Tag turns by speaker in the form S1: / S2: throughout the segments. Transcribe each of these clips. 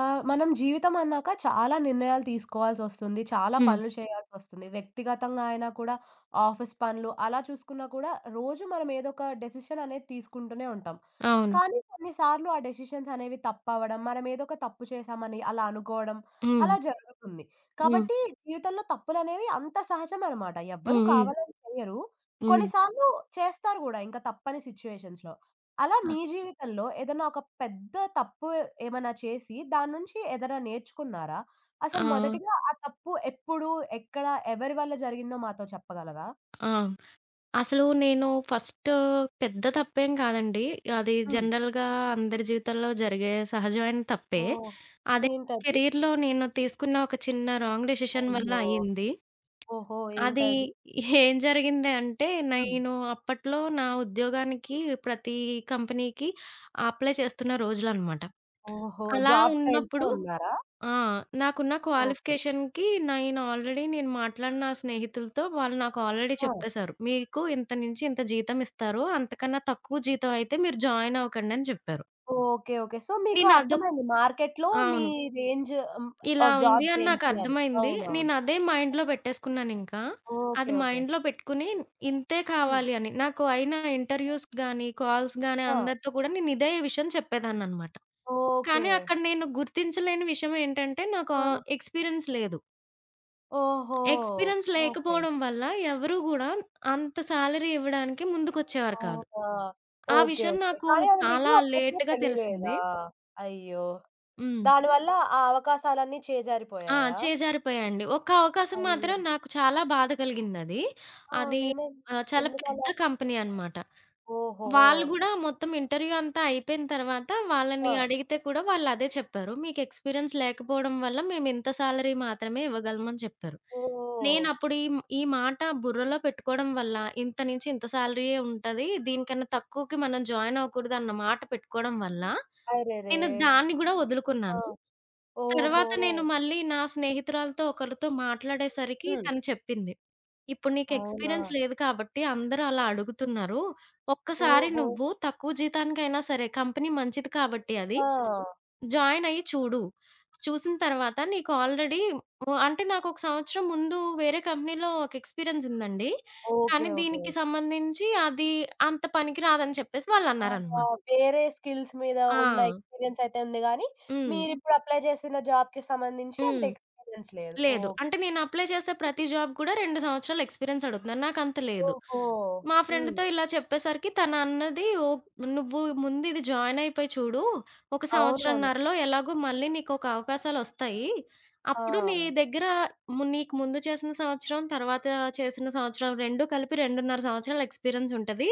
S1: మనం జీవితం అన్నాక చాలా నిర్ణయాలు తీసుకోవాల్సొస్తుంది. చాలా
S2: హ్మ్.
S1: పనులు చేయాల్సొస్తుంది. వ్యక్తిగతంగా అయినా కూడా, ఆఫీస్ పనులు అలా చూసుకున్నా కూడా రోజు మనం ఏదో ఒక డెసిషన్ అనేది తీసుకుంటూనే ఉంటాం.
S2: అవును.
S1: కానీ కొన్ని సార్లు ఆ డెసిషన్స్ అనేవి తప్పవ్వడం, మనం ఏదో ఒక తప్పు చేశామని అలా అనుకోవడం
S2: హ్మ్.
S1: అలా జరుగుతుంది.
S2: హ్మ్.
S1: కాబట్టి జీవితంలో తప్పులనేవి అంత సహజం అన్నమాట.
S2: హ్మ్.
S1: ఎవ్వరు
S2: హ్మ్.
S1: కావాలని చేయరు.
S2: హ్మ్.
S1: కొన్నిసార్లు చేస్తారు గూడా ఇంకా తప్పని సిట్యుయేషన్స్‌లో. అలా
S2: ఆ!
S1: మీ జీవితంలో ఏదైనా ఒక పెద్ద తప్పు ఏమైనా చేసి, దాని నుంచి ఏదైనా నేర్చుకున్నారా?
S2: ఆ!
S1: అసలు మొదటిగా ఆ తప్పు ఎప్పుడు, ఎక్కడ, ఎవరి వల్ల జరిగిందో మాతో చెప్పగలరా?
S2: ఆ! అసలు నేను ఫస్ట్ పెద్ద తప్పేం కాదండి. అది
S1: హ్మ్.
S2: జనరల్‌గా అందరి జీవితాల్లో జరిగే సహజమైన తప్పే.
S1: ఓహ్!
S2: అదే
S1: ఏంటది?
S2: కెరియర్‌లో నేను తీసుకున్న ఒక చిన్న రాంగ్ డెసిషన్ వల్ల
S1: అయ్యో!
S2: అయింది.
S1: ఓహో!
S2: అది
S1: ఏంటది?
S2: ఏం జరిగింది అంటే
S1: హ్మ్.
S2: నేను అప్పట్లో నా ఉద్యోగానికి ప్రతి కంపెనీకి అప్లై చేస్తున్న రోజులనమాట.
S1: ఓహో!
S2: అలా
S1: జాబ్ ట్రైల్స్‌లో
S2: ఉన్నప్పుడు
S1: ఉన్నారా?
S2: ఆ! నాకున్న
S1: ఓకే.
S2: క్వాలిఫికేషన్‌కి నేను మాట్లాడిన స్నేహితులతో వాళ్ళు నాకు ఆల్రెడీ
S1: ఆ!
S2: చెప్పేసారు. మీకు ఇంత నుంచి ఇంత జీతం ఇస్తారు. అంతకన్నా తక్కువ జీతం అయితే మీరు జాయిన్ అవ్వకండి అని చెప్పారు.
S1: ఓకే. ఓకే. సో, మీకు
S2: నేను అదొక్
S1: అర్థమైంది మార్కెట్‌లో మీ
S2: అవును.
S1: రేంజ్ హ్మ్,
S2: ఇలా
S1: ఆఫ్
S2: ఉంది
S1: జాబ్
S2: అని నాకు
S1: ఏంటి అని.
S2: అర్థమైంది.
S1: అవునవును.
S2: నేను అదే మైండ్‌లో
S1: ఓకే.
S2: పెట్టేసుకున్నానింకా.
S1: ఓకే.
S2: అది
S1: ఓకే.
S2: మైండ్‌లో పెట్టుకుని ఇంతే
S1: హ్మ్.
S2: కావాలి అని. నాకు అయిన ఇంటర్వ్యూస్ గాని, కాల్స్ గాని
S1: ఆ!
S2: అందరితో కూడా నేను ఇదే విషయం చెప్పేదాన్ననమాట.
S1: ఓకే.
S2: కానీ అక్కడ నేను గుర్తించలేని విషయం ఏంటంటే నాకు
S1: ఆ!
S2: ఎక్స్‌పీరియన్స్ లేదు.
S1: ఓహో!
S2: Experience
S1: okay.
S2: లేకపోవడం వల్ల ఎవరు గూడా అంత సాలరీ ఇవ్వడానికి ముందుకొచ్చేవారు కాదు.
S1: అవునా!
S2: ఆ
S1: ఓకే.
S2: విషయం
S1: ఓకే.
S2: నాకు
S1: కానీ అది మీకు
S2: చాలా
S1: అప్పట్లో
S2: లేట్‌గా తెలిసింది.
S1: తెలియలేదా? అయ్యో!
S2: హ్మ్.
S1: దానివల్ల ఆ అవకాశాలన్నీ
S2: ఆ!
S1: చేజారిపోయాయా?
S2: చేజారిపోయాయండి. ఒక్క అవకాశం
S1: అయ్యో!
S2: మాత్రం నాకు చాలా బాధ కలిగిందది.
S1: ఆ!
S2: అది
S1: ఏమైంది?
S2: చాలా పెద్ద
S1: ఎందుకలా?
S2: కంపెనీ అన్నమాట.
S1: ఓహో!
S2: వాళ్ళు గూడా మొత్తం ఇంటర్వ్యూ అంతా అయిపోయిన తర్వాత
S1: ఆ!
S2: వాళ్ళని అడిగితే కూడా వాళ్ళదే చెప్పారు. మీకు ఎక్స్‌పీరియన్స్ లేకపోవడం వల్ల మేము ఇంత సాలరీ మాత్రమే ఇవ్వగలం అని చెప్పారు.
S1: ఓహ్!
S2: నేనప్పుడు ఈ ఈ మాట బుర్రలో పెట్టుకోవడం వల్ల ఇంత నుంచి ఇంత సాలరీయే ఉంటది. దీనికన్నా తక్కువకి మనం జాయిన్ అవ్వకూడదు అన్న మాట పెట్టుకోవడం వల్ల
S1: అరెరే!
S2: నేను దాన్ని గూడా
S1: ఆ!
S2: వదులుకున్నాను.
S1: ఓహో!
S2: తర్వాత నేను మళ్ళీ నా స్నేహితురాలతో ఒకళ్ళతో మాట్లాడేసరికి
S1: హ్మ్.
S2: తను చెప్పింది. "ఇప్పుడు నీకు
S1: అవునా!
S2: ఎక్స్‌పీరియన్స్ లేదు కాబట్టి అందరూ అలా అడుగుతున్నారు. ఒక్కసారి
S1: ఓహో!
S2: నువ్వు తక్కువ జీతానికైనా సరే కంపెనీ మంచిది కాబట్టి అది.
S1: ఆ!
S2: జాయిన్ అయ్యి చూడు. చూసిన తర్వాత నీకు ఆల్రెడీ" ఓ అంటే నాకు ఒక సంవత్సరం ముందు వేరే కంపెనీలో ఒక ఎక్స్‌పీరియన్స్ ఉందండి.
S1: ఓకే.
S2: కానీ
S1: ఓకే.
S2: దీనికి సంబంధించి అది అంత పనికి రాదని చెప్పేసి
S1: ఆహా!
S2: వాళ్ళన్నారనమాట.
S1: వేరే స్కిల్స్ మీద ఉన్న
S2: ఆ!
S1: ఎక్స్‌పీరియన్స్ అయితే ఉంది గానీ,
S2: హ్మ్.
S1: మీరిప్పుడు అప్లై చేసిన జాబ్‌కి సంబంధించి అంత
S2: హ్మ్.
S1: ఎక్స్‌పీరియన్స్ లేదు.
S2: లేదు.
S1: ఓకే.
S2: అంటే నేను అప్లై చేసే ప్రతి జాబ్ కూడా 2 సంవత్సరాల ఎక్స్‌పీరియన్స్ అడుగుతున్నారు. నాకంత లేదు.
S1: ఓహో!
S2: మా
S1: హ్మ్.
S2: ఫ్రెండ్‌తో ఇలా చెప్పేసరికి తను అన్నది ఓహ్! "నువ్వు ముందు ఇది జాయిన్ అయిపోయి చూడు. ఒక
S1: అవునవును.
S2: సంవత్సరన్నరలో ఎలాగో మళ్ళీ నీకొక అవకాశాలొస్తాయి.
S1: ఆ!
S2: అప్పుడు నీ దగ్గర నీకు ముందు చేసిన సంవత్సరం, తర్వాత చేసిన సంవత్సరం 2 కలిపి 2.5 సంవత్సరాల ఎక్స్‌పీరియన్స్ ఉంటది.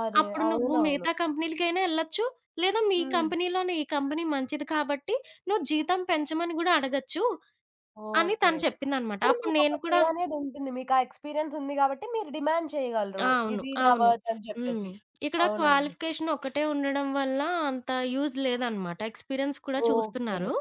S1: అదే.
S2: అప్పుడు నువ్వు
S1: అవునవును.
S2: మిగతా కంపెనీలకైనా ఎళ్ళొచ్చు. లేదా మీ
S1: హ్మ్.
S2: కంపెనీలోనే ఈ కంపెనీ మంచిది కాబట్టి నువ్వు జీతం పెంచమని గూడా అడగొచ్చు. అని
S1: ఓకే.
S2: తను చెప్పిందనమాట.
S1: ఇప్పుడు
S2: అప్పుడు
S1: మీకొక
S2: నేను
S1: సే
S2: కూడా
S1: అనేదుంటుంది. మీకా ఎక్స్‌పీరియన్స్ ఉంది కాబట్టి మీరు డిమాండ్
S2: ఆ!
S1: చేయగలరు.
S2: అవును.
S1: ఇది నా
S2: అవును.
S1: వర్త్ అని
S2: హ్మ్.
S1: చెప్పేసి.
S2: ఇక్కడ
S1: అవునండి.
S2: క్వాలిఫికేషన్ ఒకటే ఉండడం వల్ల అంత యూజ్ లేదనమాట. ఎక్స్‌పీరియన్స్ కూడా
S1: ఓకే.
S2: చూస్తున్నారు.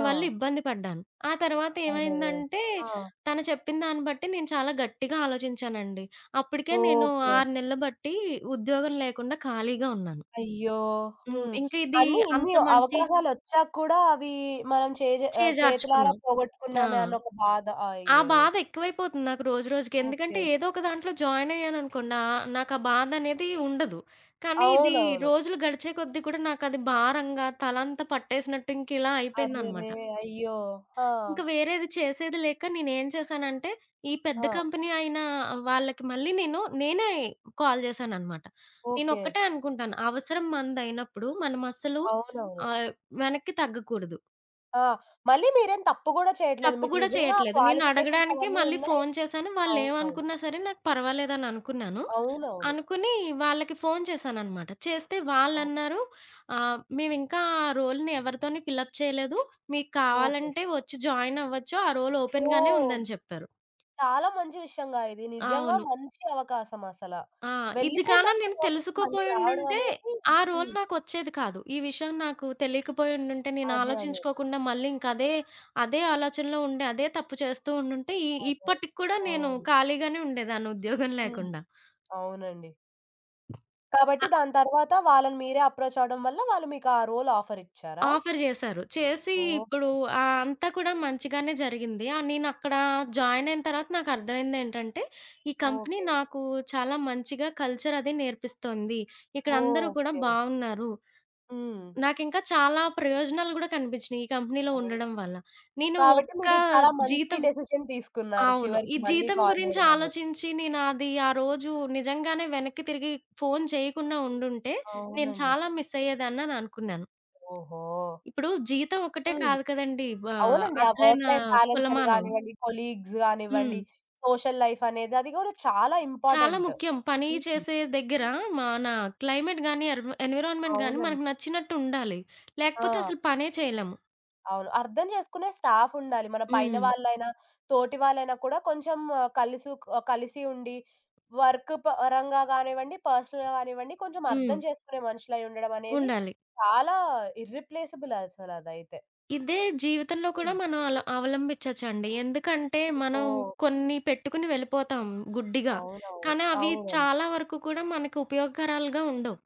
S1: ఆ!
S2: ఇబ్బంది పడ్డాను. ఆ తర్వాత
S1: అరెరే!
S2: ఏమైందంటే,
S1: ఆ!
S2: తను చెప్పిన దాన్ని బట్టి నేను చాలా గట్టిగా ఆలోచించానండి. అప్పటికే నేను
S1: ఓకే.
S2: 6 నెలలు బట్టి ఉద్యోగం లేకుండా ఖాళీగా ఉన్నాను.
S1: అయ్యో!
S2: హ్మ్.
S1: హ్మ్.
S2: ఇంక ఇది
S1: అన్నీ
S2: అంత
S1: ఇన్ని
S2: మంచి
S1: అవకాశాలొచ్చాక కూడా అవి మనం చేతులారా
S2: చేజార్చుకున్నాం. ఆ!
S1: పోగొట్టుకున్నామే అన్న ఒక బాధ.
S2: ఆ
S1: అయ్యో!
S2: బాధ ఎక్కువైపోతుంది నాకు రోజు రోజుకి.
S1: ఓకే.
S2: ఎందుకంటే ఏదో ఒక దాంట్లో జాయిన్ అయ్యాననుకోండి నాకు ఆ బాధ అనేది ఉండదు. కానీ ఇది
S1: అవునవును.
S2: రోజులు గడిచే కొద్దీ కూడా నాకది భారంగా తలంతా పట్టేసినట్టు ఇంకిలా అయిపోయిందనమాట. ఇంక ఇలా అయిపోయింది అనమాట.
S1: అర్రెరే! అయ్యో! ఆ!
S2: ఇంకా వేరేది చేసేది లేక నేనేం చేశానంటే ఈ పెద్ద
S1: ఆ!
S2: కంపెనీ అయిన వాళ్ళకి మళ్ళీ నేనే కాల్ చేశాననమాట.
S1: ఓకే.
S2: నేనొక్కటే అనుకుంటాను అవసరం మనదయినప్పుడు మనం అస్సలు
S1: అవునవును.
S2: ఆహ్, వెనక్కి తగ్గకూడదు.
S1: ఆ! మళ్ళీ మీరేం తప్పు గూడా చేయట్లేదు.
S2: తప్పు
S1: మీకు
S2: గూడా
S1: నిజంగా ఆ
S2: చేయట్లేదు. నేను
S1: క్వాలిఫికేషన్స్
S2: అడగడానికి
S1: అవన్నీ
S2: మళ్ళీ
S1: ఉన్నాయి.
S2: ఫోన్ చేశాను.
S1: అవునవును.
S2: వాళ్ళేమనుకున్నా సరే నాకు పర్వాలేదని అనుకున్నాను.
S1: అవునవును.
S2: అనుకుని వాళ్ళకి ఫోన్ చేశాననమాట. చేస్తే
S1: ఓహ్!
S2: వాళ్ళన్నారు "మేమింకా ఆ రోల్‌ని ఎవరితోని ఫిలప్ చేయలేదు. మీకు
S1: ఓకే.
S2: కావాలంటే వచ్చి జాయిన్ అవ్వచ్చు. ఆ రోల్ ఓపెన్ గానే
S1: ఓహ్!
S2: ఉందని" చెప్పారు.
S1: చాలా మంచి విషయంగా ఇది. నిజంగా
S2: అవును.
S1: మంచి అవకాశం అసల.
S2: ఆ! ఇది
S1: వెళ్ళిపోయిన
S2: గాన నేను
S1: దానికన్నా అవకాశం మళ్ళీ రావడం
S2: తెలుసుకోపోయుండుంటే,
S1: అనేది
S2: ఆ రోల్
S1: హ్మ్.
S2: నాకొచ్చేది కాదు. ఈ విషయం నాకు తెలియకపోయుండుంటే, నేను
S1: అదే. అదే.
S2: ఆలోచించుకోకుండా మళ్ళీ అదే అదే ఆలోచనలో ఉండి, అదే తప్పు చేస్తూ ఉండుంటే,
S1: అదే.
S2: ఇప్పటికి కూడా నేను
S1: అవును.
S2: ఖాళీగానే ఉండేదాన్ని ఉద్యోగం
S1: హ్మ్.
S2: లేకుండా.
S1: అవునండి. కాబట్టి
S2: అ
S1: దాని తర్వాత వాళ్ళని మీరే అప్రోచ్ అవ్వడం వల్ల వాళ్ళు మీకు ఆ రోల్ ఆఫర్ ఇచ్చారా?
S2: ఆఫర్ జేశారు. చేసి ఇప్పుడు
S1: ఓకే.
S2: అంతా కూడా మంచిగానే జరిగింది. నేనక్కడ జాయినయిన తర్వాత నాకర్థమైందేంటంటే, ఈ కంపెనీ
S1: ఓకే.
S2: నాకు చాలా మంచిగా కల్చరది నేర్పిస్తోంది. ఇక్కడందరూ కూడా
S1: ఓకే.
S2: బావున్నారు.
S1: హ్మ్.
S2: నాకింకా చాలా ప్రయోజనాలు గూడా కనిపించినియి ఈ కంపెనీలో
S1: నైస్.
S2: ఉండడం వల్ల. నేను
S1: కాబట్టి
S2: ఒక్క
S1: మీరు చాలా మంచి
S2: జీతం
S1: డెసిషన్ తీసుకున్నారు.
S2: అవును. ఈ
S1: చివరికి మళ్ళీ
S2: జీతం
S1: కాల్
S2: గురించి
S1: చేయడం అనేది.
S2: ఆలోచించి నేనది ఆ రోజు నిజంగానే వెనక్కి తిరిగి ఫోను చేయకుండా ఉండుంటే, నేను
S1: అవునండి.
S2: చాలా మిస్ అయ్యేదాన్నని అనుకున్నాను.
S1: ఓహో!
S2: ఇప్పుడు జీతం ఒకటే
S1: హ్మ్.
S2: కాదు కదండీ!
S1: అవునండి. ఆ
S2: అసలైన
S1: వర్క్ లైఫ్ బ్యాలన్స్ అని
S2: కొలమానం.
S1: గానివ్వండి, కొలీగ్స్ గానివ్వండి,
S2: హ్మ్.
S1: సోషల్ లైఫ్ అనేది అది గూడా చాలా
S2: చాలా
S1: ఇంపార్టెంట్.
S2: ముఖ్యం. పని
S1: హ్మ్.
S2: చేసే దగ్గర మన క్లైమేట్ గాని, ఎన్విరాన్మెంట్ గాని మనకు
S1: అవునండి.
S2: నచ్చినట్టు ఉండాలి. లేకపోతే
S1: ఆ!
S2: అసలు పనే చేయలేము.
S1: అవును. అర్థం చేసుకునే స్టాఫ్ ఉండాలి. మన పైన
S2: హ్మ్.
S1: వాళ్ళైనా, తోటి వాళ్ళైనా కూడా కొంచెం కలిసి కలిసి ఉండి వర్క్ పరంగా గానివ్వండి, పర్సనల్‌గా గానివ్వండి కొంచెం
S2: హ్మ్.
S1: అర్థం చేసుకునే మనుషులై ఉండడం అనేది
S2: ఉండాలి.
S1: చాలా ఇర్రిప్లేసబుల్ అసలదైతే.
S2: ఇదే జీవితంలో కూడా
S1: హ్మ్.
S2: మనం అల అవలంబించొచ్చండి. ఎందుకంటే, మనం
S1: ఓహ్!
S2: కొన్ని పెట్టుకుని వెళ్ళిపోతాం గుడ్డిగా.
S1: అవునవును.
S2: కానీ, అవి
S1: అవునండి.
S2: చాలా వరకు కూడా మనకి ఉపయోగకరాలుగా ఉండవు.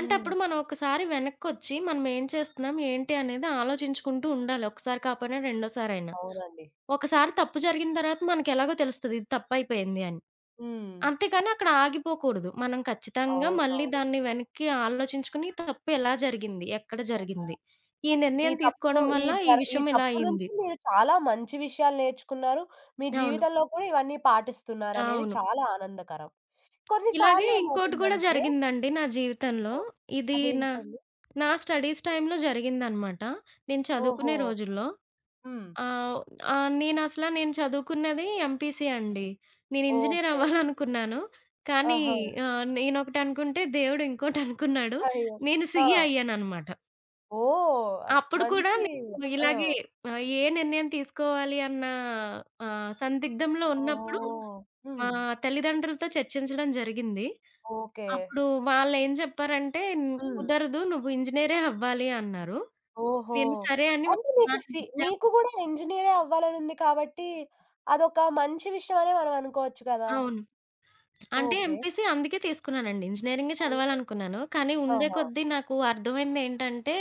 S1: హ్మ్.
S2: మనం ఒకసారి వెనక్కొచ్చి, మనం ఏం చేస్తున్నాం, ఏంటి అనేది ఆలోచించుకుంటూ ఉండాలి. ఒకసారి కాపోయినా రెండోసారైనా.
S1: అవునండి.
S2: ఒకసారి తప్పు జరిగిన తర్వాత మనకెలాగో తెలుస్తది. ఇది తప్పయిపోయింది అని.
S1: హ్మ్.
S2: అంతేగాని అక్కడ ఆగిపోకూడదు. మనం ఖచ్చితంగా మళ్ళీ
S1: అవునవును.
S2: దాన్ని వెనక్కి ఆలోచించుకుని తప్పు ఎలా జరిగింది? ఎక్కడ
S1: ఓహో!
S2: జరిగింది? ఈ నిర్ణయం తీసుకోవడం వల్ల ఈ
S1: ఈ
S2: విషయం ఇలా
S1: తప్పు నుంచి
S2: అయింది.
S1: మీరు చాలా మంచి విషయాలు నేర్చుకున్నారు. మీ
S2: అవును.
S1: జీవితంలో కూడా ఇవన్నీ పాటిస్తున్నారనేది
S2: అవును.
S1: చాలా ఆనందకరం. కొన్ని
S2: ఇలాగే ఇంకోటి గూడా
S1: సార్లేమవుతుందంటే
S2: జరిగిందండి నా జీవితంలో.
S1: ఓహ్!
S2: ఇది నా
S1: అదేంటండి?
S2: నా స్టడీస్ టైమ్‌లో జరిగిందనమాట. నేను చదువుకునే
S1: ఓహో!
S2: రోజుల్లో.
S1: హ్మ్.
S2: ఆహ్, ఆహ్, నేను చదువుకున్నది ఎంపీసీ అండి. నేను ఇంజినీర్
S1: ఓకే.
S2: అవ్వాలనుకున్నాను. కానీ
S1: ఆహా!
S2: నేనొకటనుకుంటే దేవుడు ఇంకోటనుకున్నాడు.
S1: అయ్యో!
S2: నేను
S1: ఆ!
S2: సీఏ అయ్యాననమాట.
S1: ఓహ్!
S2: అప్పుడు కూడా
S1: మంచి
S2: నేను
S1: ఆ!
S2: ఇలాగే ఏ నిర్ణయం తీసుకోవాలి అన్న సందిగ్ధంలో ఉన్నప్పుడు
S1: ఓహ్!
S2: మా
S1: హ్మ్.
S2: తల్లిదండ్రులతో చర్చించడం జరిగింది.
S1: ఓకే.
S2: అప్పుడు వాళ్ళేం చెప్పారంటే,
S1: హ్మ్.
S2: "కుదరదు నువ్వు ఇంజినీరే అవ్వాలి" అన్నారు.
S1: ఓహో!
S2: నేను సరే అని వాళ్ళ
S1: అంటే మీకు
S2: మాట నిజం
S1: మీకు గూడా ఇంజినీరే అవ్వాలనుంది కాబట్టి, అదొక మంచి విషయమనే మనం అనుకోవచ్చు కదా!
S2: అవును. అంటే
S1: ఓకే.
S2: ఎంపీసీ అందుకే తీసుకున్నానండి. ఇంజినీరింగే
S1: ఓహో!
S2: చదవాలనుకున్నాను. కానీ ఉండే
S1: ఆహా!
S2: కొద్దీ నాకు అర్థమైందేంటంటే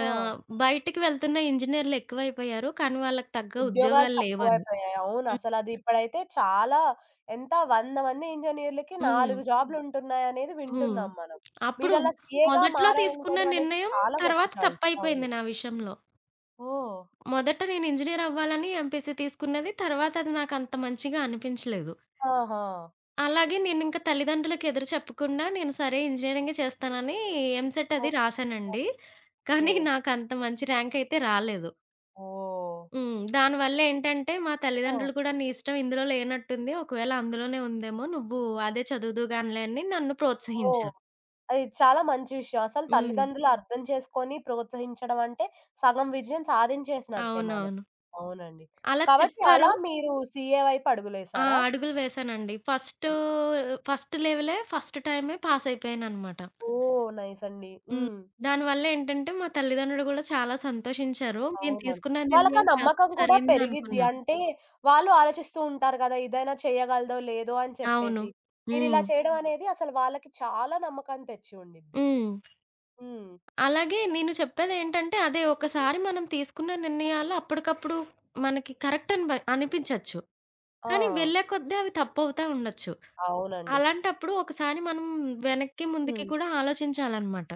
S1: ఆ!
S2: ఆహ్, బయటికి వెళ్తున్న ఇంజినీర్లు ఎక్కువైపోయారు. కానీ వాళ్ళకి తగ్గ
S1: ఉద్యోగాలు
S2: ఉద్యోగాలు లేవని.
S1: తక్కువైపోయాయి. అవును.
S2: హ్మ్.
S1: అసలది ఇప్పుడైతే చాలా ఎంత 100 మంది ఇంజినీర్‌లకి
S2: హ్మ్.
S1: 4 జాబ్‌లుంటున్నాయనేది
S2: హ్మ్.
S1: వింటున్నాం మనం.
S2: అప్పుడు
S1: మీరలా సీఏగా
S2: మొదట్లో తీసుకున్న
S1: మారాలనుకోవడం అనేది
S2: నిర్ణయం
S1: చాలా గొప్ప
S2: తర్వాత
S1: చాయిస్. అవును.
S2: తప్పైపోయింది నా విషయంలో.
S1: ఓహ్!
S2: మొదట నేను ఇంజినీర్ అవ్వాలని ఎంపీసీ తీసుకున్నది. తర్వాత అది నాకంత మంచిగా అనిపించలేదు.
S1: ఆహా!
S2: అలాగే నేనింక తల్లిదండ్రులకి ఎదురు చెప్పకుండా నేను సరే ఇంజినీరింగే చేస్తానని ఎంసెట్ అది
S1: ఓ-
S2: రాశానండి.
S1: ఓకే.
S2: కానీ నాకంత మంచి ర్యాంక్ అయితే రాలేదు.
S1: ఓహ్!
S2: హ్మ్. దానివల్ల ఏంటంటే మా
S1: ఆ!
S2: తల్లిదండ్రులు కూడా నీ ఇష్టం ఇందులో లేనట్టుంది. ఒకవేళ అందులోనే ఉందేమో నువ్వు అదే చదువుదువుగానిలే అని నన్ను
S1: ఓహ్!
S2: ప్రోత్సహించారు.
S1: అది చాలా మంచి విషయం. అసలు
S2: హ్మ్.
S1: తల్లిదండ్రులు అర్థం చేసుకొని ప్రోత్సహించడం అంటే సగం విజయం సాధించేసినట్టే మనం.
S2: అవునవును.
S1: అవునండి.
S2: అలా
S1: కాబట్టి అలా
S2: చెప్పారు.
S1: మీరు సీఏ వైపు
S2: ఆ!
S1: అడుగులేసారా?
S2: అడుగులు వేశానండి. ఫస్ట్ లెవెలే ఫస్ట్ టైమే పాసయిపోయాననమాట.
S1: ఓహ్! నైస్ అండి.
S2: హ్మ్.
S1: హ్మ్.
S2: దానివల్లేంటంటే మా తల్లిదండ్రులు గూడా చాలా సంతోషించారు. నేను
S1: అవునండి.
S2: తీసుకున్న
S1: వాళ్ళకా
S2: నిర్ణయం చాలా
S1: నమ్మకం కూడా
S2: సరైనదే
S1: పెరిగిద్ది.
S2: అనుకున్నాను.
S1: అంటే, వాళ్ళు ఆలోచిస్తూ ఉంటారు గదా! ఇదైనా చేయగలదో, లేదో అని
S2: అవును.
S1: చెప్పేసి. మీరిలా
S2: హ్మ్.
S1: చేయడం అనేది అసలు వాళ్ళకి చాలా నమ్మకాన్ని తెచ్చి ఉండిద్ది.
S2: హ్మ్.
S1: హ్మ్.
S2: అలాగే నేను చెప్పేదేంటంటే అదే ఒకసారి మనం తీసుకున్న నిర్ణయాలు అప్పటికప్పుడు మనకి కరెక్ట్ అని అనిపించొచ్చు.
S1: ఆ!
S2: కానీ వెళ్ళే కొద్దీ అవి తప్పవుతా ఉండొచ్చు.
S1: అవునండి.
S2: అలాంటప్పుడు ఒకసారి మనం వెనక్కి, ముందుకి
S1: హ్మ్.
S2: కూడా ఆలోచించాలన్నమాట.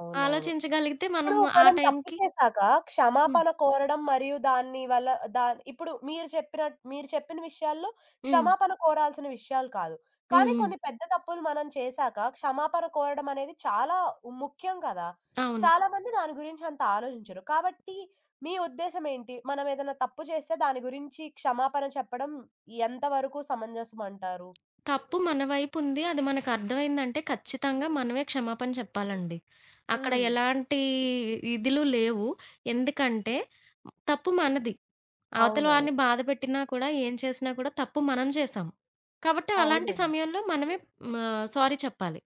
S1: అవునవును.
S2: ఆలోచించగలిగితే మనం
S1: ఇప్పుడు
S2: ఆ
S1: మనం తప్పు
S2: టైంకి
S1: చేశాక
S2: హ్మ్.
S1: క్షమాపణ కోరడం మరియు దాన్ని వల్ల దా ఇప్పుడు మీరు చెప్పిన మీరు చెప్పిన విషయాల్లో
S2: హ్మ్.
S1: క్షమాపణ కోరాల్సిన విషయాలు కాదు.
S2: హ్మ్.
S1: కానీ
S2: హ్మ్.
S1: కొన్ని పెద్ద తప్పులు మనం చేశాక క్షమాపణ కోరడం అనేది చాలా ముఖ్యం కదా!
S2: అవును.
S1: చాలామంది దాని గురించి అంత ఆలోచించరు. కాబట్టి మీ ఉద్దేశ్యం ఏంటి? మనం ఏదైనా తప్పు చేస్తే దాని గురించి క్షమాపణ చెప్పడం ఎంతవరకు సమంజసం అంటారు?
S2: తప్పు మన వైపుంది. అది మనకర్థమైందంటే ఖచ్చితంగా మనమే క్షమాపణ చెప్పాలండి. అక్కడ
S1: హ్మ్.
S2: ఎలాంటి ఇదులు లేవు. ఎందుకంటే తప్పు మనది. అవతల
S1: అవునవును.
S2: వారిని బాధపెట్టినా కూడా, ఏం చేసినా కూడా తప్పు మనం చేశాం. కాబట్టి అలాంటి
S1: అవునండి.
S2: సమయంలో మనమే సారీ చెప్పాలి.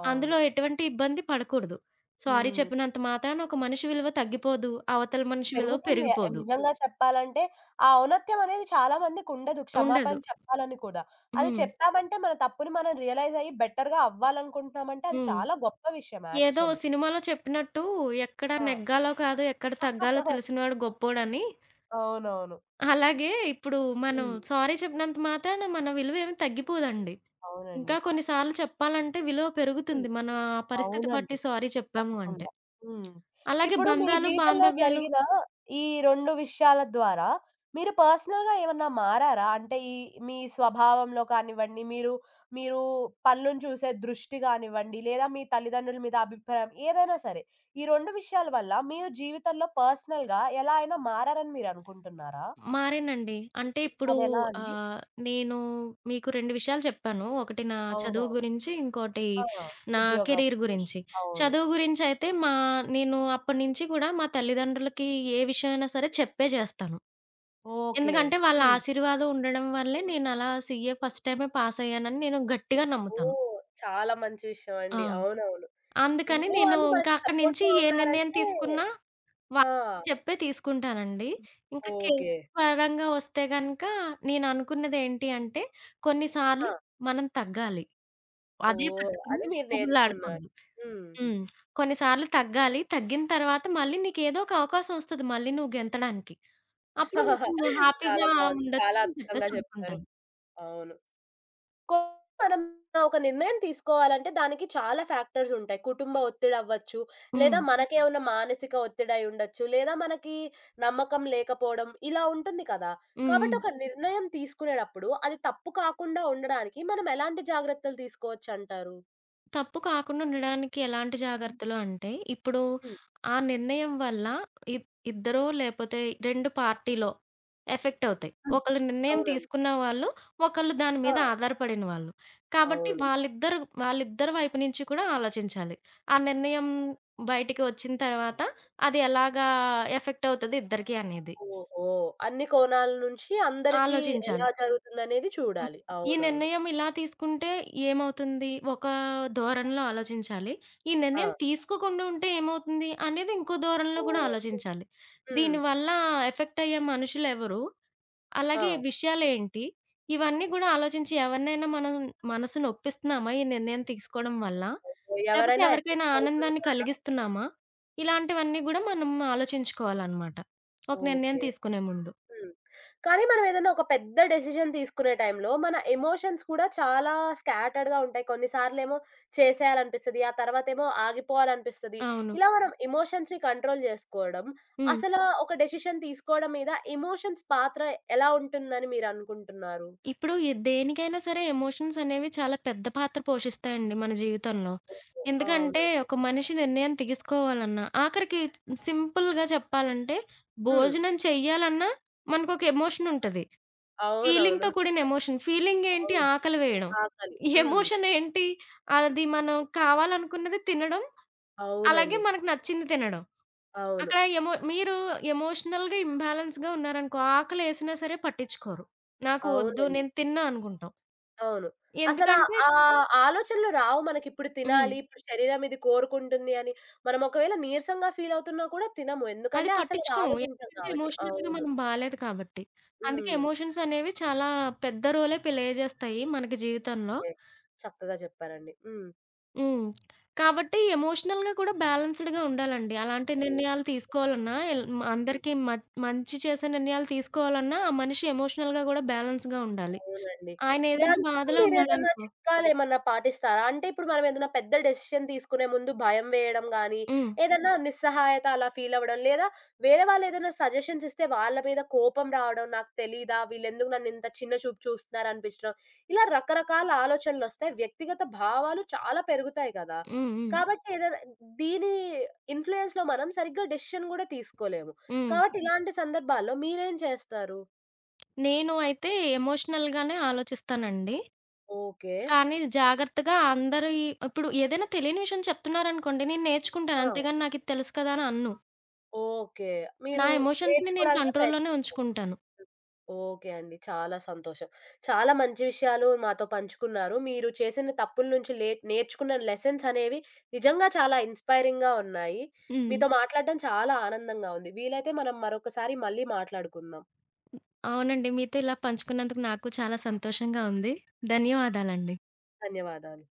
S1: అవును.
S2: అందులో ఎటువంటి ఇబ్బంది పడకూడదు. సారీ
S1: హ్మ్.
S2: చెప్పినంత మాత్రాన ఒక మనిషి విలువ తగ్గిపోదు. అవతల మనిషి విలువ
S1: పెరుగుతుంది. ఆ,
S2: పెరిగిపోదు.
S1: నిజంగా చెప్పాలంటే, ఆ ఔన్నత్యం అనేది చాలా మందికుండదు. క్షమాపణ
S2: ఉండదు.
S1: చెప్పాలని కూడా. అది
S2: హ్మ్.
S1: చెప్పామంటే మన తప్పుని మనం రియలైజ్ అయ్యి బెటర్‌గా అవ్వాలనుకుంటున్నామంటే అది
S2: హ్మ్.
S1: చాలా గొప్ప విషయం
S2: ఏదో
S1: యాక్చువల్లీ.
S2: సినిమాలో చెప్పినట్టు ఎక్కడ నెగ్గాలో కాదు, ఎక్కడ తగ్గాలో
S1: ఆ!
S2: తెలిసినవాడు గొప్పోడని.
S1: అవునవును.
S2: అలాగే ఇప్పుడు మనం
S1: హ్మ్.
S2: సారీ చెప్పినంత మాత్రాన మన విలువేమి తగ్గిపోదండి. ఇంకా
S1: అవునండి.
S2: కొన్ని సార్లు చెప్పాలంటే విలువ
S1: హ్మ్.
S2: పెరుగుతుంది. ఆ పరిస్థితి
S1: అవునండి.
S2: బట్టి సారీ చెప్పాము అంటే.
S1: తప్పకుండా. హ్మ్.
S2: అలాగే
S1: ఇప్పుడు మీ
S2: బంధాలు,
S1: జీవితంలో
S2: బాంధవ్యాలు
S1: జరిగిన ఈ 2 విషయాల ద్వారా మీరు పర్సనల్‌గా ఏమన్నా మారారా? అంటే ఈ మీ స్వభావంలో కానివ్వండి, మీరు మీరు పనులను చూసే దృష్టి కానివ్వండి, లేదా మీ తల్లిదండ్రుల మీద అభిప్రాయం ఏదైనా సరే. ఈ 2 విషయాల వల్ల మీరు జీవితంలో పర్సనల్‌గా ఎలా అయినా మారారని మీరనుకుంటున్నారా?
S2: మారానండి. అంటే ఇప్పుడు
S1: అదెలా అండి?
S2: ఆహ్, నేను మీకు 2 విషయాలు చెప్పాను. ఒకటి నా చదువు
S1: అవునవును.
S2: గురించి, ఇంకోటి
S1: ఆ!
S2: నా
S1: ఉద్యోగం
S2: కెరీర్
S1: గురించి.
S2: గురించి.
S1: అవును.
S2: చదువు గురించయితే మా నేను అప్పటినుంచి కూడా మా తల్లిదండ్రులకి ఏ విషయమైనా సరే చెప్పే చేస్తాను.
S1: ఓకే.
S2: ఎందుకంటే వాళ్ళ
S1: హ్మ్.
S2: ఆశీర్వాదం ఉండడం వల్లే నేనలా సీఏ ఫస్ట్ టైమే పాసయ్యానని నేను గట్టిగా నమ్ముతాను.
S1: ఓహ్! చాలా మంచి విషయం
S2: ఆ!
S1: అండి. అవునవును.
S2: అందుకని
S1: ఇంట్లో
S2: నేను
S1: వాళ్ళు
S2: ఇంకా
S1: మనకి
S2: అక్కడి నుంచి
S1: సపోర్ట్‌గా
S2: ఏ నిర్ణయం
S1: ఉన్నారంటే
S2: తీసుకున్నా
S1: ఆ!
S2: వాళ్ళు చెప్పే తీసుకుంటానండి. ఇంకా కేక్
S1: ఓకే.
S2: పరంగా వస్తే గనక నేననుకున్నదేంటి అంటే,
S1: ఆ!
S2: కొన్నిసార్లు మనం తగ్గాలి. అదే
S1: ఓహ్!
S2: పట్టుకుని
S1: అది మీరు నేర్చుకున్నారు.
S2: ఊగులాడకూడదు.
S1: హ్మ్.
S2: హ్మ్. కొన్నిసార్లు తగ్గాలి. తగ్గిన తర్వాత మళ్ళీ నీకేదో ఒక అవకాశం వస్తది మళ్ళీ నువ్వు గెంతడానికి. అప్పుడు నువ్వు
S1: చాలా
S2: హ్యాపీగా
S1: బావుంది.
S2: ఉండొచ్చు
S1: చాలా
S2: అని
S1: అద్భుతంగా
S2: చెప్పేసి
S1: చెప్పారు.
S2: అనుకుంటాను.
S1: అవును. కొ మనం ఒక నిర్ణయం తీసుకోవాలంటే దానికి చాలా ఫ్యాక్టర్స్ ఉంటాయి. కుటుంబ ఒత్తిడి అవ్వచ్చు,
S2: హ్మ్.
S1: లేదా మనకే ఉన్న మానసిక ఒత్తిడి అయి ఉండొచ్చు, లేదా మనకి నమ్మకం లేకపోవడం ఇలా ఉంటుంది కదా!
S2: హ్మ్.
S1: కాబట్టి
S2: హ్మ్.
S1: ఒక నిర్ణయం తీసుకునేటప్పుడు అది తప్పు కాకుండా ఉండడానికి మనం ఎలాంటి జాగ్రత్తలు తీసుకోవచ్చంటారు?
S2: తప్పు కాకుండా ఉండడానికి ఎలాంటి జాగ్రత్తలు అంటే, ఇప్పుడు
S1: హ్మ్.
S2: ఆ నిర్ణయం వల్ల ఇద్ ఇద్దరో లేపోతే 2 పార్టీలో ఎఫెక్ట్ అవుతాయి. ఒకళ్ళు నిర్ణయం
S1: అవునండి.
S2: తీసుకున్న వాళ్ళు, ఒకళ్ళు దాని
S1: ఆ!
S2: మీద ఆధారపడిన వాళ్ళు. కాబట్టి
S1: అవును.
S2: వాళ్ళిద్దరి వైపు నుంచి కూడా ఆలోచించాలి. ఆ నిర్ణయం బయటికి వచ్చిన తర్వాత అది ఎలాగా ఎఫెక్ట్ అవుతది ఇద్దరికీ అనేది
S1: ఓహో! అన్ని కోణాల నుంచి అందరికీ ఎలా
S2: ఆలోచించాలి.
S1: జరుగుతుందనేది
S2: హ్మ్.
S1: చూడాలి.
S2: ఈ
S1: అవునవును.
S2: నిర్ణయం ఇలా తీసుకుంటే ఏమవుతుంది? ఒక ధోరణిలో ఆలోచించాలి. ఈ
S1: ఆ!
S2: నిర్ణయం తీసుకోకుండా ఉంటే ఏమవుతుంది? అనేది ఇంకో ధోరణిలో గూడా
S1: ఓకే.
S2: ఆలోచించాలి.
S1: హ్మ్.
S2: దీనివల్ల ఎఫెక్ట్ అయ్యే మనుషులెవరు?
S1: ఆ!
S2: అలాగే విషయాలేంటి? ఇవన్నీ గూడా ఆలోచించి ఎవరినైనా మనం మనసు నొప్పిస్తున్నామా? ఈ నిర్ణయం తీసుకోవడం వల్ల?
S1: ఓకే.
S2: లేపోతే
S1: ఎవరైనా
S2: ఎవరికైనా
S1: ఎఫెక్ట్
S2: ఆనందాన్ని
S1: అవుతున్నారా?
S2: కలిగిస్తున్నామా? ఇలాంటివన్నీ గూడా మనం ఆలోచించుకోవాలనమాట. ఒక నిర్ణయం
S1: ఓకే.
S2: తీసుకునే ముందు.
S1: హ్మ్. కానీ మనమేదైనా ఒక పెద్ద డెసిషన్ తీసుకునే టైంలో మన ఎమోషన్స్ కూడా చాలా స్కాటర్డ్‌గా ఉంటాయి. కొన్నిసార్లేమో చేసేయాలనిపిస్తది. ఆ తర్వాతేమో ఆగిపోవాలనిపిస్తది.
S2: అవును.
S1: ఇలా మనం ఎమోషన్స్‌ని కంట్రోల్ జేసుకోవడం,
S2: హ్మ్.
S1: అసలా ఒక డెసిషన్ తీసుకోవడం మీద ఎమోషన్స్ పాత్ర ఎలా ఉంటుందని మీరనుకుంటున్నారు?
S2: ఇప్పుడు దేనికైనా సరే ఎమోషన్స్ అనేవి చాలా పెద్ద పాత్ర పోషిస్తాయండి మన జీవితంలో.
S1: ఓహో!
S2: ఎందుకంటే
S1: అవునండి.
S2: ఒక మనిషి నిర్ణయం తీసుకోవాలన్నా, ఆఖరికి సింపుల్‌గా చెప్పాలంటే
S1: హ్మ్.
S2: భోజనం చెయ్యాలన్నా మనకొక ఎమోషన్ ఉంటది.
S1: అవునవును.
S2: ఫీలింగ్‌తో కూడిన ఎమోషన్. ఫీలింగ్ ఏంటి?
S1: అవును.
S2: ఆకలి వేయడం.
S1: ఆకలి. హ్మ్.
S2: ఎమోషన్ ఏంటి? అది మనం కావాలనుకున్నది తినడం, అలాగే
S1: అవునండి.
S2: మనకు నచ్చింది తినడం.
S1: అవును.
S2: అక్కడ ఎమోషనల్‌గా ఇంబాలెన్స్‌గా ఉన్నారనుకో, ఆకలేసినా సరే పట్టించుకోరు. నాకు వద్దు
S1: అవునండి.
S2: నేను తిన్నా అనుకుంటాం.
S1: అవును. అసలా
S2: ఎందుకంటే
S1: ఆ ఆ ఆలోచనలు రావు మనకిప్పుడు
S2: హ్మ్.
S1: తినాలి, ఇప్పుడు శరీరం ఇది కోరుకుంటుంది అని. మనం ఒకవేళ నీరసంగా ఫీల్ అవుతున్నా కూడా తినము.
S2: అది
S1: ఎందుకంటే అసలది
S2: పట్టించుకోము.
S1: ఆలోచించం
S2: ఎందుకంటే
S1: కాబట్టి.
S2: ఎమోషనల్‌గా
S1: అవును.
S2: మనం బాలేదు కాబట్టి. అందుకే
S1: హ్మ్.
S2: ఎమోషన్స్ అనేవి చాలా పెద్ద రోలే ప్లే చేస్తాయి మనకి జీవితంలో.
S1: ఎ చక్కగా చెప్పారండి. హ్మ్.
S2: హ్మ్. కాబట్టి ఎమోషనల్‌గా కూడా బ్యాలెన్స్‌డ్‌గా ఉండాలండి. అలాంటి
S1: హ్మ్.
S2: నిర్ణయాలు తీసుకోవాలన్నా ఎల్ అందరికీ మంచి చేసే నిర్ణయాలు తీసుకోవాలన్నా ఆ మనిషి ఎమోషనల్‌గా కూడా బ్యాలెన్స్‌గా ఉండాలి.
S1: అవునండి.
S2: ఆయన ఏదైనా
S1: దానికోసం
S2: బాధలో
S1: మీరేదన్నా
S2: ఉన్నాడనుకో
S1: చిట్కాలేమన్నా పాటిస్తారా? అంటే ఇప్పుడు మనం ఏదైనా పెద్ద డెసిషన్ తీసుకునే ముందు భయం వేయడం గానీ,
S2: హ్మ్.
S1: ఏదన్నా నిస్సహాయత అలా ఫీల్ అవ్వడం, లేదా వేరే వాళ్ళేదైనా సజెషన్స్ ఇస్తే వాళ్ళ మీద కోపం రావడం, నాకు తెలీదా? వీళ్ళెందుకు నన్నింత చిన్న చూపు చూస్తున్నారనిపించడం, ఇలా రకరకాల ఆలోచనలొస్తాయి. వ్యక్తిగత భావాలు చాలా పెరుగుతాయి కదా!
S2: హ్మ్. హ్మ్.
S1: కాబట్టి ఏదైనా దీని ఇన్‌ఫ్లుయెన్స్‌లో మనం సరిగ్గా డెసిషన్ గూడా తీసుకోలేము.
S2: హ్మ్.
S1: కాబట్టి ఇలాంటి సందర్భాల్లో మీరేం చేస్తారు?
S2: నేను అయితే ఎమోషనల్‌గానే ఆలోచిస్తానండి.
S1: ఓకే.
S2: కానీ జాగ్రత్తగా అందరి ఇప్పుడు ఏదైనా తెలియని విషయం చెప్తున్నారనుకోండి, నేను నేర్చుకుంటాను.
S1: ఆ!
S2: అంతేగాని నాకిది తెలుసు కదా అని అనను.
S1: ఓకే.
S2: నా
S1: మీరు
S2: ఎమోషన్స్‌ని నేను
S1: నేర్చుకోవడానికే
S2: కంట్రోల్‌లోనే
S1: ప్రయత్నిస్తున్నారు.
S2: ఉంచుకుంటాను.
S1: ఓకే అండి. చాలా సంతోషం. చాలా మంచి విషయాలు మాతో పంచుకున్నారు. మీరు చేసిన తప్పుల నుంచి నేర్చుకున్న లెసన్స్ అనేవి నిజంగా చాలా ఇన్‌స్పైరింగ్‌గా ఉన్నాయి.
S2: హ్మ్.
S1: మీతో మాట్లాడడం చాలా ఆనందంగా ఉంది. వీలైతే మనం మరొకసారి మళ్ళీ మాట్లాడుకుందాం.
S2: అవునండి. మీతో ఇలా పంచుకున్నందుకు నాకు చాలా సంతోషంగా ఉంది. ధన్యవాదాలండి.
S1: ధన్యవాదాలు.